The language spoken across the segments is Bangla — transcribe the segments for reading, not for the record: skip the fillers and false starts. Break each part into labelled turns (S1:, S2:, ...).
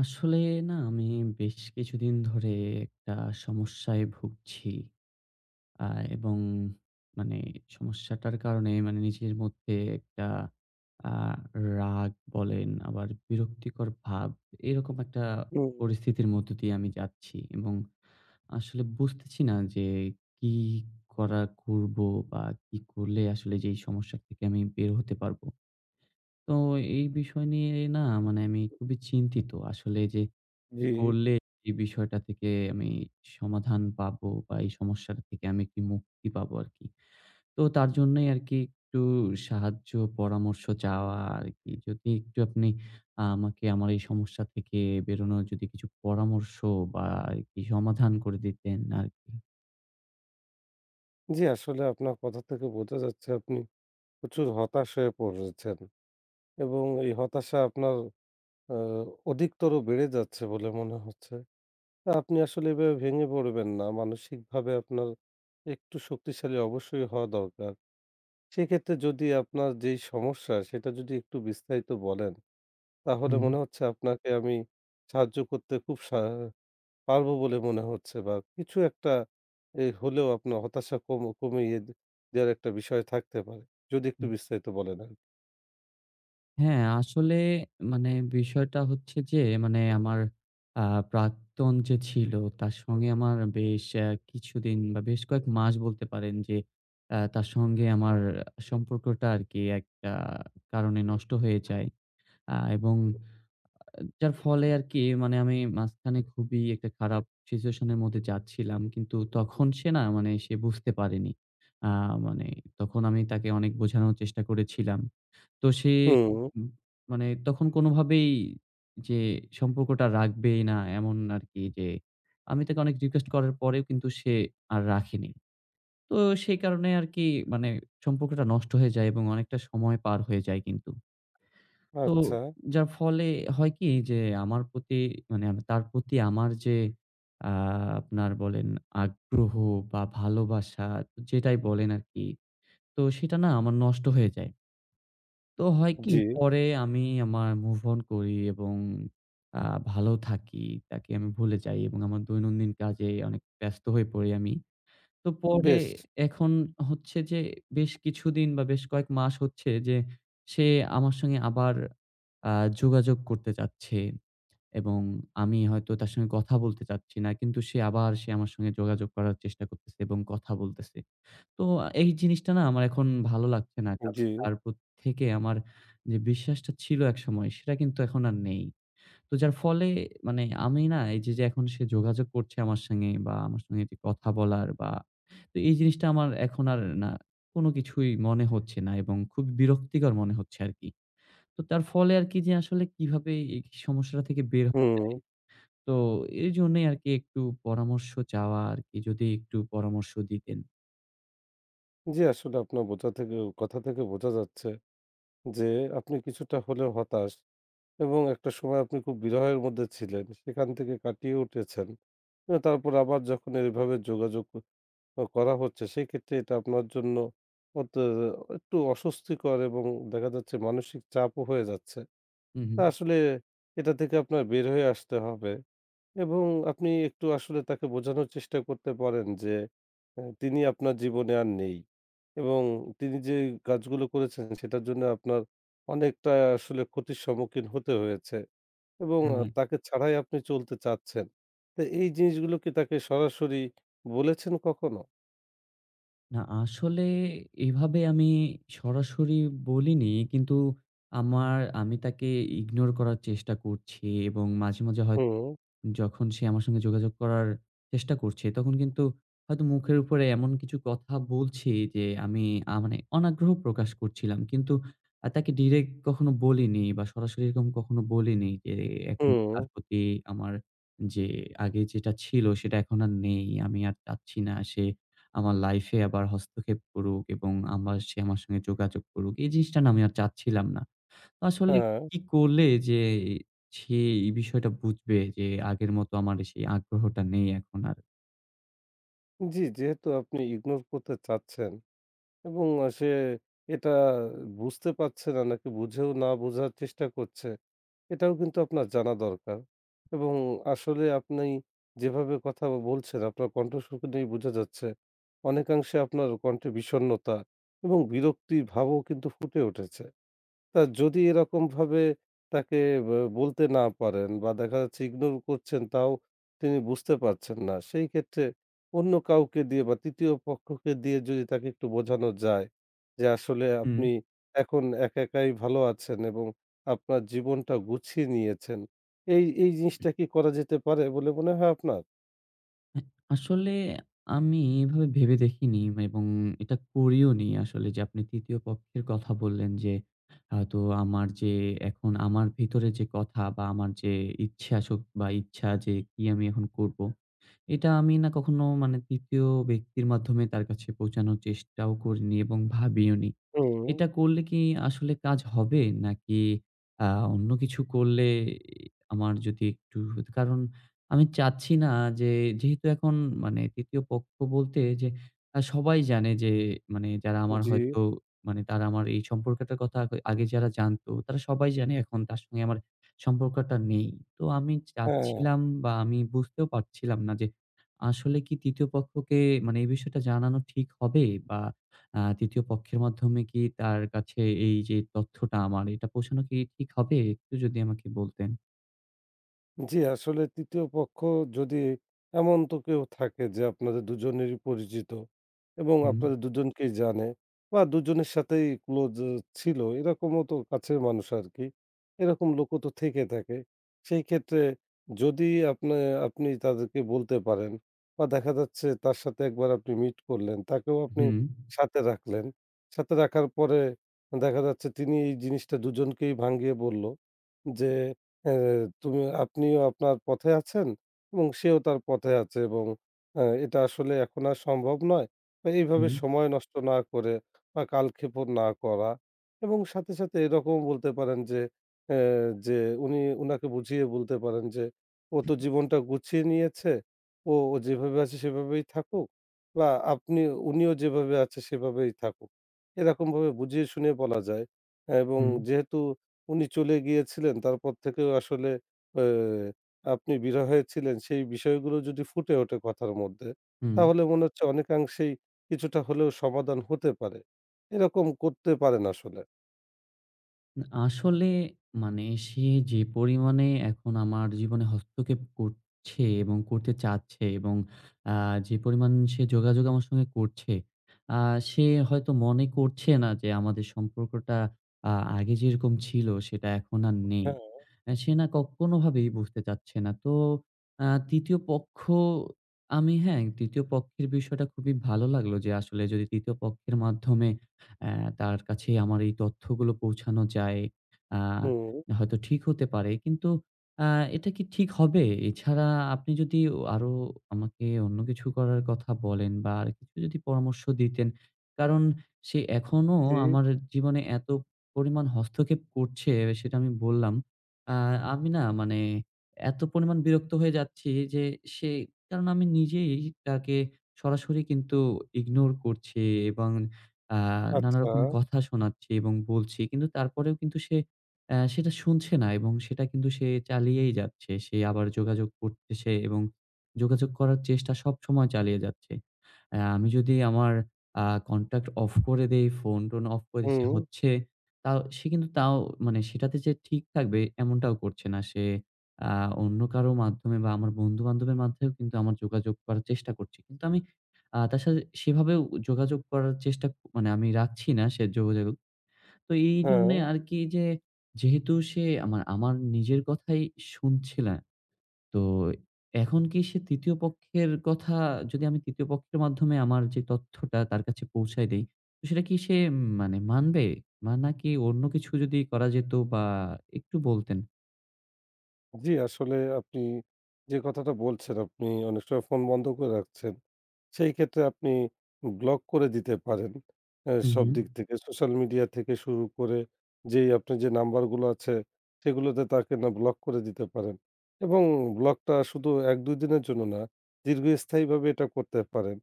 S1: আসলে না আমি বেশ কিছুদিন ধরে একটা সমস্যায় ভুগছি। আ এবং মানে সমস্যাটার কারণে মানে নিজের মধ্যে একটা আ রাগ বলেন, আবার বিরক্তিকর ভাব, এরকম একটা
S2: হুম,
S1: পরিস্থিতির মধ্য দিয়ে আমি যাচ্ছি। এবং আসলে বুঝতেছি না যে কি করব বা কি করলে আসলে যে এই সমস্যা থেকে আমি বের হতে পারব? তো এই বিষয় নিয়ে না, মানে আমি খুবই চিন্তিত। আসলে যে কি
S2: জি,
S1: করলে এই বিষয়টা থেকে আমি সমাধান পাবো বা এই সমস্যাটা থেকে আমি একটি মুক্তি পাবো আরকি। তো তার জন্যই আরকি একটু সাহায্য, পরামর্শ চাওয়া আরকি। যদি একটু আপনি আমাকে আমার এই সমস্যা থেকে বেরোনোর যদি কিছু পরামর্শ বা আরকি সমাধান করে দিতেন আরকি।
S2: জি, আসলে আপনার কথা থেকে বোঝা যাচ্ছে আপনি প্রচুর হতাশ হয়ে পড়েছেন এবং এই হতাশা আপনার আ অধিকতর বেড়ে যাচ্ছে বলে মনে হচ্ছে। তা আপনি আসলে এভাবে ভেঙে পড়বেন না। মানসিকভাবে আপনার একটু শক্তিশালী অবশ্যই হওয়া দরকার। সেক্ষেত্রে যদি আপনার যেই সমস্যা সেটা যদি একটু বিস্তারিত বলেন, তাহলে
S1: হুম।
S2: মনে হচ্ছে আপনাকে আমি সাহায্য করতে খুব পারবো বলে মনে হচ্ছে, বা কিছু একটা এই হলেও আপনার হতাশা কমিয়ে দেওয়ার একটা বিষয় থাকতে পারে। যদি একটু বিস্তারিত বলেন আরকি।
S1: হ্যাঁ, আসলে মানে বিষয়টা হচ্ছে যে, মানে আমার আ প্রাক্তন যে ছিল, তার সঙ্গে আমার বেশ কিছুদিন বা বেশ কয়েক মাস বলতে পারেন যে, তার সঙ্গে আমার সম্পর্কটা আরকি একটা কারণে নষ্ট হয়ে যায়। এবং যার ফলে আরকি, মানে আমি মাঝখানে খুবই একটা খারাপ সিচুয়েশন এর মধ্যে যাচ্ছিলাম। কিন্তু তখন সে না, মানে সে বুঝতে পারেনি। আ মানে তখন আমি তাকে অনেক বোঝানোর চেষ্টা করেছিলাম। তো সে
S2: হুম,
S1: উম মানে তখন কোনোভাবেই যে সম্পর্কটা রাখবেই না, এমন আরকি যে আমি তাকে অনেক রিকোয়েস্ট করার পরেও কিন্তু সে আর রাখেনি। তো সেই কারণে আরকি মানে সম্পর্কটা নষ্ট হয়ে যায় এবং অনেকটা সময় পার হয়ে যায় কিন্তু। তো
S2: আচ্ছা।
S1: যার ফলে হয় কি, যে আমার প্রতি, মানে আমি তার প্রতি আমার যে আ আপনার বলেন আগ্রহ বা ভালোবাসা, যেটাই বলেন আরকি, তো সেটা না আমার নষ্ট হয়ে যায়। তো হয় কি?
S2: জি,
S1: পরে আমি আমার মুভ অন করি এবং আ ভালো থাকি। তাকে আমি ভুলে যাই এবং আমার দৈনন্দিন কাজে অনেক ব্যস্ত হয়ে পড়ি আমি। তো পরে
S2: বেশ।
S1: এখন হচ্ছে যে, বেশ কিছুদিন বা বেশ কয়েক মাস হচ্ছে যে সে আমার সঙ্গে আবার আ যোগাযোগ করতে চাচ্ছে এবং আমি হয়তো তার সঙ্গে কথা বলতে চাচ্ছি না। কিন্তু সে আবার, সে আমার সঙ্গে যোগাযোগ করার চেষ্টা করতেছে এবং কথা বলতেছে। তো এই জিনিসটা না আমার এখন ভালো লাগছে না। কারণ
S2: জি,
S1: তার প্রতি থেকে আমার যে বিশ্বাসটা ছিল একসময়, সেটা কিন্তু এখন আর নেই। তো যার ফলে মানে আমি না, এই যে, এখন সে যোগাযোগ করছে আমার সঙ্গে বা আমার সঙ্গে যে কথা বলার বা, তো এই জিনিসটা আমার এখন আর না কোনো কিছুই মনে হচ্ছে না এবং খুব বিরক্তিকর মনে হচ্ছে আরকি। তো তার ফলে আরকি যে, আসলে কিভাবে এই সমস্যাটা থেকে বের হওয়া
S2: হুম।
S1: যায়? তো এর জন্যই আরকি একটু পরামর্শ চাওয়া আরকি, যদি একটু পরামর্শ দিতেন।
S2: জি, আসলে আপনার বোঝা থেকে কথা থেকে বোঝা যাচ্ছে যে আপনি কিছুটা হলেও হতাশ, এবং একটা সময় আপনি খুব বিরহের মধ্যে ছিলেন। সেখান থেকে কাটিয়ে উঠেছেন। তারপর আবার যখন এভাবে যোগাযোগ ও করা হচ্ছে সেক্ষেত্রে এটা আপনার জন্য অত একটু অস্বস্তিকর, এবং দেখা যাচ্ছে মানসিক চাপও হয়ে যাচ্ছে।
S1: হু, হু।
S2: তা আসলে এটা থেকে আপনার বের হয়ে আসতে হবে, এবং আপনি একটু আসলে তাকে বোঝানোর চেষ্টা করতে পারেন যে তিনি আপনার জীবনে আর নেই, এবং তিনি যে কাজগুলো করেছেন সেটার জন্য আপনার অনেকটা আসলে ক্ষতির সম্মুখীন হতে হয়েছে, এবং
S1: হ্যাঁ।
S2: তাকে ছাড়াই আপনি চলতে চাচ্ছেন। তো এই জিনিসগুলো কি তাকে সরাসরি বলেছেন কখনো?
S1: না আসলে এভাবে আমি সরাসরি বলিনি। কিন্তু আমি তাকে ইগনোর করার চেষ্টা করছি এবং মাঝে, মাঝে হয়তো
S2: হুম।
S1: যখন সে আমার সঙ্গে যোগাযোগ করার চেষ্টা করছে, তখন কিন্তু হয়তো মুখের উপরে এমন কিছু কথা বলছি যে আমি মানে অনাগ্রহ প্রকাশ করছিলাম। কিন্তু তাকে ডিরেক্ট কখনো বলিনি বা সরাসরি এরকম কখনো বলিনি যে এখন
S2: হুম,
S1: তার প্রতি আমার যে আগে যেটা ছিল সেটা এখন আর নেই। আমি আর চাচ্ছি না সে আমার লাইফে আবার হস্তক্ষেপ করুক এবং সে আমার সঙ্গে যোগাযোগ করুক। এই জিনিসটা না আমি আর চাচ্ছিলাম না। আসলে
S2: হ্যাঁ।
S1: কি করলে যে সে এই বিষয়টা বুঝবে যে আগের মতো আমার সেই আগ্রহটা নেই এখন আর?
S2: জি, যেহেতু আপনি ইগনোর করতে চাচ্ছেন এবং সে এটা বুঝতে পারছে না নাকি বুঝেও না বোঝার চেষ্টা করছে, এটাও কিন্তু আপনার জানা দরকার। এবং আসলে আপনি যেভাবে কথা বলছেন আপনার কণ্ঠস্বর কিন্তু বোঝা যাচ্ছে, অনেকাংশে আপনার কণ্ঠে বিষণ্ণতা এবং বিরক্তি ভাবও কিন্তু ফুটে উঠেছে। তা যদি এরকমভাবে তাকে ব বলতে না পারেন বা দেখা যাচ্ছে ইগনোর করছেন তাও তিনি বুঝতে পারছেন না। সেই ক্ষেত্রে অন্য কাউকে দিয়ে বা ৩য় পক্ষকে দিয়ে যদি তাকে একটু বোঝানো যায় যে আসলে
S1: হুম।
S2: আপনি এখন একা একাই ভালো আছেন এবং আপনার জীবনটা গুছিয়ে নিয়েছেন। এই জিনিসটা কি করা যেতে পারে বলে মনে হয় আপনার?
S1: হ্যাঁ, আসলে আমি এভাবে ভেবে দেখিনি এবং এটা করিওনি আসলে, যে আপনি ৩য় পক্ষের কথা বললেন, যে হয়তো আমার যে এখন আমার ভিতরে যে কথা বা আমার যে ইচ্ছা শক বা ইচ্ছা যে কি আমি এখন করব, এটা আমি না কখনো মানে ৩য় ব্যক্তির মাধ্যমে তার কাছে পৌঁছানোর চেষ্টাও করিনি এবং ভাবিওনি।
S2: হুম,
S1: এটা করলে কি আসলে কাজ হবে? নাকি আ অন্য কিছু করলে আমার, যদি একটু, কারণ আমি চাচ্ছি না যে, যেহেতু এখন মানে ৩য় পক্ষ বলতে যে, সবাই জানে যে, মানে যারা আমার
S2: জি,
S1: হয়তো, মানে তারা আমার এই সম্পর্কটার কথা আগে যারা জানতো, তারা সবাই জানে এখন তার সঙ্গে আমার সম্পর্কটা নেই। তো আমি
S2: হ্যাঁ।
S1: চাচ্ছিলাম বা আমি বুঝতেও পারছিলাম না যে আসলে কি ৩য় পক্ষকে মানে এই বিষয়টা জানানো ঠিক হবে? বা ৩য় পক্ষের মাধ্যমে কি তার কাছে এই যে তথ্যটা আমার, এটা পৌঁছানো কি ঠিক হবে? একটু যদি আমাকে বলতেন।
S2: জি, আসলে ৩য় পক্ষ যদি এমন তো কেউ থাকে যে আপনাদের দুজনেরই পরিচিত এবং
S1: হুম,
S2: আপনাদের দুজনকেই জানে, বা দুজনের সাথেই ক্লোজ ছিল এরকমও তো কাছের মানুষ আরকি। এরকম লোকও তো থেকে থাকে। সেই ক্ষেত্রে যদি আপনে আপনি তাদেরকে বলতে পারেন, বা দেখা যাচ্ছে তার সাথে একবার আপনি মিট করলেন, তাকেও আপনি
S1: হুম,
S2: সাথে রাখলেন। সাথে রাখার পরে দেখা যাচ্ছে তিনি এই জিনিসটা দুজনকেই ভাঙ্গিয়ে বলল যে এ তুমি আপনিও আপনার পথে আছেন এবং সেও তার পথে আছে, এবং এটা আসলে এখন আর সম্ভব নয়। তো এইভাবে
S1: হুম,
S2: সময় নষ্ট না করে বা কালক্ষেপণ না করা, এবং সাথে, সাথে এরকমও বলতে পারেন যে অ্যা যে উনি উনাকে বুঝিয়ে বলতে পারেন যে, "ও তো জীবনটা গুছিয়ে নিয়েছে। ও, ও যেভাবে আছে সেভাবেই থাকুক, বা আপনি উনিও যেভাবে আছে সেভাবেই থাকুক।" এরকমভাবে বুঝিয়ে শুনিয়ে বলা যায় এবং
S1: হুম,
S2: যেহেতু উনি চলে গিয়েছিলেন। তারপর থেকেও আসলে অ্যা আপনি বিরহে ছিলেন, সেই বিষয়গুলো যদি ফুটে ওঠে কথার মধ্যে,
S1: হুম।
S2: তাহলে মনে হচ্ছে অনেকাংশেই কিছুটা হলেও সমাধান হতে পারে। এরকম করতে পারেন আসলে।
S1: আসলে মানে সে যে পরিমাণে এখন আমার জীবনে হস্তক্ষেপ করছে এবং করতে চাচ্ছে, এবং আ যে পরিমাণ সে যোগাযোগ আমার সঙ্গে করছে, আ সে হয়তো মনে করছে না যে আমাদের সম্পর্কটা আ আগে যেরকম ছিল সেটা এখন আর নেই।
S2: হ্যাঁ,
S1: সে না কোনোভাবেই বুঝতে চাচ্ছে না। তো ৩য় পক্ষ, আমি, হ্যাঁ, ৩য় পক্ষের বিষয়টা খুবই ভালো লাগলো যে আসলে যদি ৩য় পক্ষের মাধ্যমে অ্যা তার কাছে আমার এই তথ্যগুলো পৌঁছানো যায়। আ
S2: হুম,
S1: হয়তো ঠিক হতে পারে। কিন্তু আ এটা কি ঠিক হবে? এছাড়া আপনি যদি ও আরো আমাকে অন্য কিছু করার কথা বলেন বা আর কিছু যদি পরামর্শ দিতেন। কারণ সে এখনো
S2: জি,
S1: আমার জীবনে এত পরিমাণ হস্তক্ষেপ করছে, সেটা আমি বললাম। আ আমি না মানে এত পরিমাণ বিরক্ত হয়ে যাচ্ছি যে সে, কারণ আমি নিজেই তাকে সরাসরি কিন্তু ইগনোর করছি এবং আ
S2: আচ্ছা,
S1: নানারকম কথা শোনাচ্ছি এবং বলছি। কিন্তু তারপরেও কিন্তু সে সেটা শুনছে না এবং সেটা কিন্তু সে চালিয়েই যাচ্ছে। সে আবার যোগাযোগ করতেছে এবং যোগাযোগ করার চেষ্টা সবসময় চালিয়ে যাচ্ছে। আমি যদি আমার কনট্যাক্ট অফ করে দেই, ফোন-টোন অফ করে সে
S2: হুম,
S1: হচ্ছে, তাও সে কিন্তু, তাও মানে সেটাতে যে ঠিক থাকবে এমনটাও করছে না। সে আ অন্য কারো মাধ্যমে বা আমার বন্ধু-বান্ধবের মাধ্যমেও কিন্তু আমার যোগাযোগ করার চেষ্টা করছে। কিন্তু আমি তার সাথে সেভাবেও যোগাযোগ করার চেষ্টা মানে আমি রাখছি না সে যোগাযোগ। তো
S2: হ্যাঁ।
S1: এইজন্যে আরকি যে, যেহেতু সে আমার আমার নিজের কথাই শুনছে না। তো এখন কি সে ৩য় পক্ষের কথা, যদি আমি ৩য় পক্ষের মাধ্যমে আমার যে তথ্যটা তার কাছে পৌঁছায় দেই, তো সেটা কি সে মানে মানবে? বা নাকি অন্য কিছু যদি করা যেত, বা একটু বলতেন।
S2: জি, আসলে আপনি যে কথাটা বলছেন, আপনি অনেক সময় ফোন বন্ধ করে রাখছেন। সেই ক্ষেত্রে আপনি ব্লক করে দিতে পারেন
S1: হু,
S2: সব
S1: হু।
S2: দিক থেকে। সোশ্যাল মিডিয়া থেকে শুরু করে যেই আপনার যে নাম্বারগুলো আছে সেগুলোতে তাকে না ব্লক করে দিতে পারেন। এবং ব্লকটা শুধু ১-২ দিনের জন্য না, দীর্ঘস্থায়ীভাবে এটা করতে পারেন।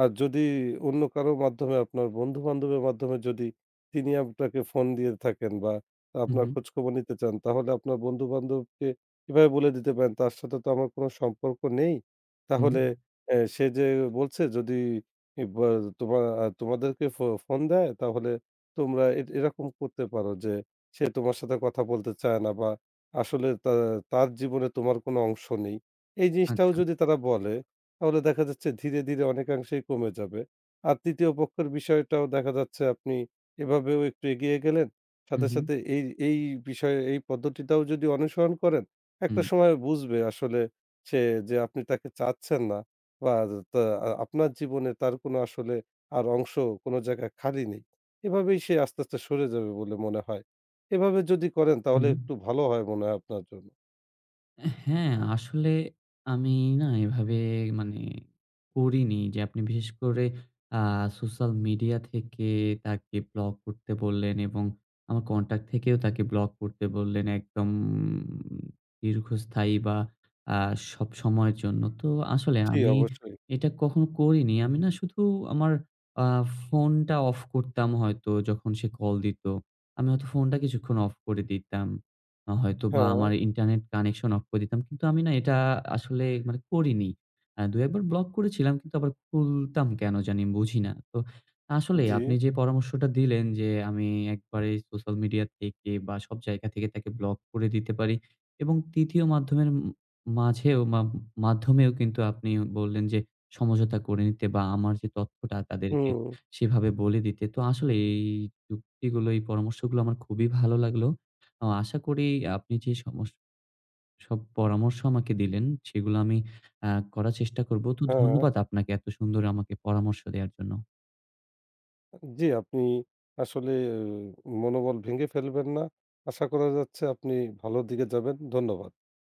S2: আর যদি অন্য কারো মাধ্যমে আপনার বন্ধু-বান্ধবের মাধ্যমে যদি তিনি আপনাকে ফোন দিয়ে থাকেন বা
S1: হু,
S2: আপনার
S1: হু।
S2: খোঁজখবর নিতে চান তাহলে আপনার বন্ধু-বান্ধবকে এভাবে বলে দিতে পারেন, "তার সাথে তো আমার কোনো সম্পর্ক নেই।
S1: হু,
S2: তাহলে সে যে বলছে যদি ব তোমা তোমাদেরকে ফোন দেয় তাহলে তোমরা এরকম করতে পারো যে সে তোমার সাথে কথা বলতে চায় না, বা আসলে তার জীবনে তোমার কোনো অংশ নেই।" এই জিনিসটাও
S1: আচ্ছা।
S2: যদি তারা বলে তাহলে দেখা যাচ্ছে ধীরে, ধীরে অনেকাংশেই কমে যাবে। আর ৩য় পক্ষের বিষয়টাও দেখা যাচ্ছে আপনি এভাবেও একটু এগিয়ে গেলেন।
S1: হু,
S2: সাথে,
S1: হু।
S2: সাথে এই এই বিষয়ে এই পদ্ধতিটাও যদি অনুসরণ করেন
S1: হু,
S2: একটা সময় বুঝবে আসলে সে, যে আপনি তাকে চাচ্ছেন না। বা তা আপনার জীবনে তার কোনো আসলে আর অংশ, কোনো জায়গা খালি নেই। এভাবেই সে আস্তে, আস্তে সরে যাবে বলে মনে হয়। এভাবে যদি করেন
S1: হু।
S2: তাহলে একটু ভালো হয় মনে হয় আপনার জন্য।
S1: হ্যাঁ, আসলে আমি না এভাবে মানে করিনি যে আপনি বিশেষ করে আ সোশ্যাল মিডিয়া থেকে তাকে ব্লক করতে বললেন এবং আমার কনট্যাক্ট থেকেও তাকে ব্লক করতে বললেন একদম দীর্ঘস্থায়ী বা আ সবসময়ের জন্য। তো আসলে
S2: জি,
S1: আমি
S2: অবশ্যই।
S1: এটা কখনো করিনি। আমি না শুধু আমার আ ফোনটা অফ করতাম হয়তো যখন সে কল দিত। আমি হয়তো ফোনটা কিছুক্ষণ অফ করে দিতাম। হয়তোবা
S2: হ্যাঁ,
S1: আমার ইন্টারনেট কানেকশন অফ করে দিতাম। কিন্তু আমি না এটা আসলে মানে করিনি। ২-১ বার ব্লক করেছিলাম কিন্তু আবার খুলতাম, কেন জানি বুঝি না। তো আসলেই
S2: জি,
S1: আপনি যে পরামর্শটা দিলেন, যে আমি একবারে সোশ্যাল মিডিয়া থেকে বা সব জায়গা থেকে তাকে ব্লক করে দিতে পারি, এবং ৩য় মাধ্যমের মাঝেও মা মাধ্যমেও কিন্তু আপনি বললেন যে সমঝোতা করে নিতে, বা আমার যে তথ্যটা তাদেরকে
S2: হুম,
S1: সেভাবে বলে দিতে। তো আসলে এই যুক্তিগুলো, এই পরামর্শগুলো আমার খুবই ভালো লাগলো। আশা করি আপনি যে সব পরামর্শ আমাকে দিলেন, সেগুলো আমি আ করার চেষ্টা করব। তো
S2: হ্যাঁ,
S1: ধন্যবাদ আপনাকে এত সুন্দর আমাকে পরামর্শ দেওয়ার জন্য।
S2: জি, আপনি আসলে মনোবল ভেঙে ফেলবেন না। আশা করা যাচ্ছে আপনি ভালোর দিকে যাবেন। ধন্যবাদ।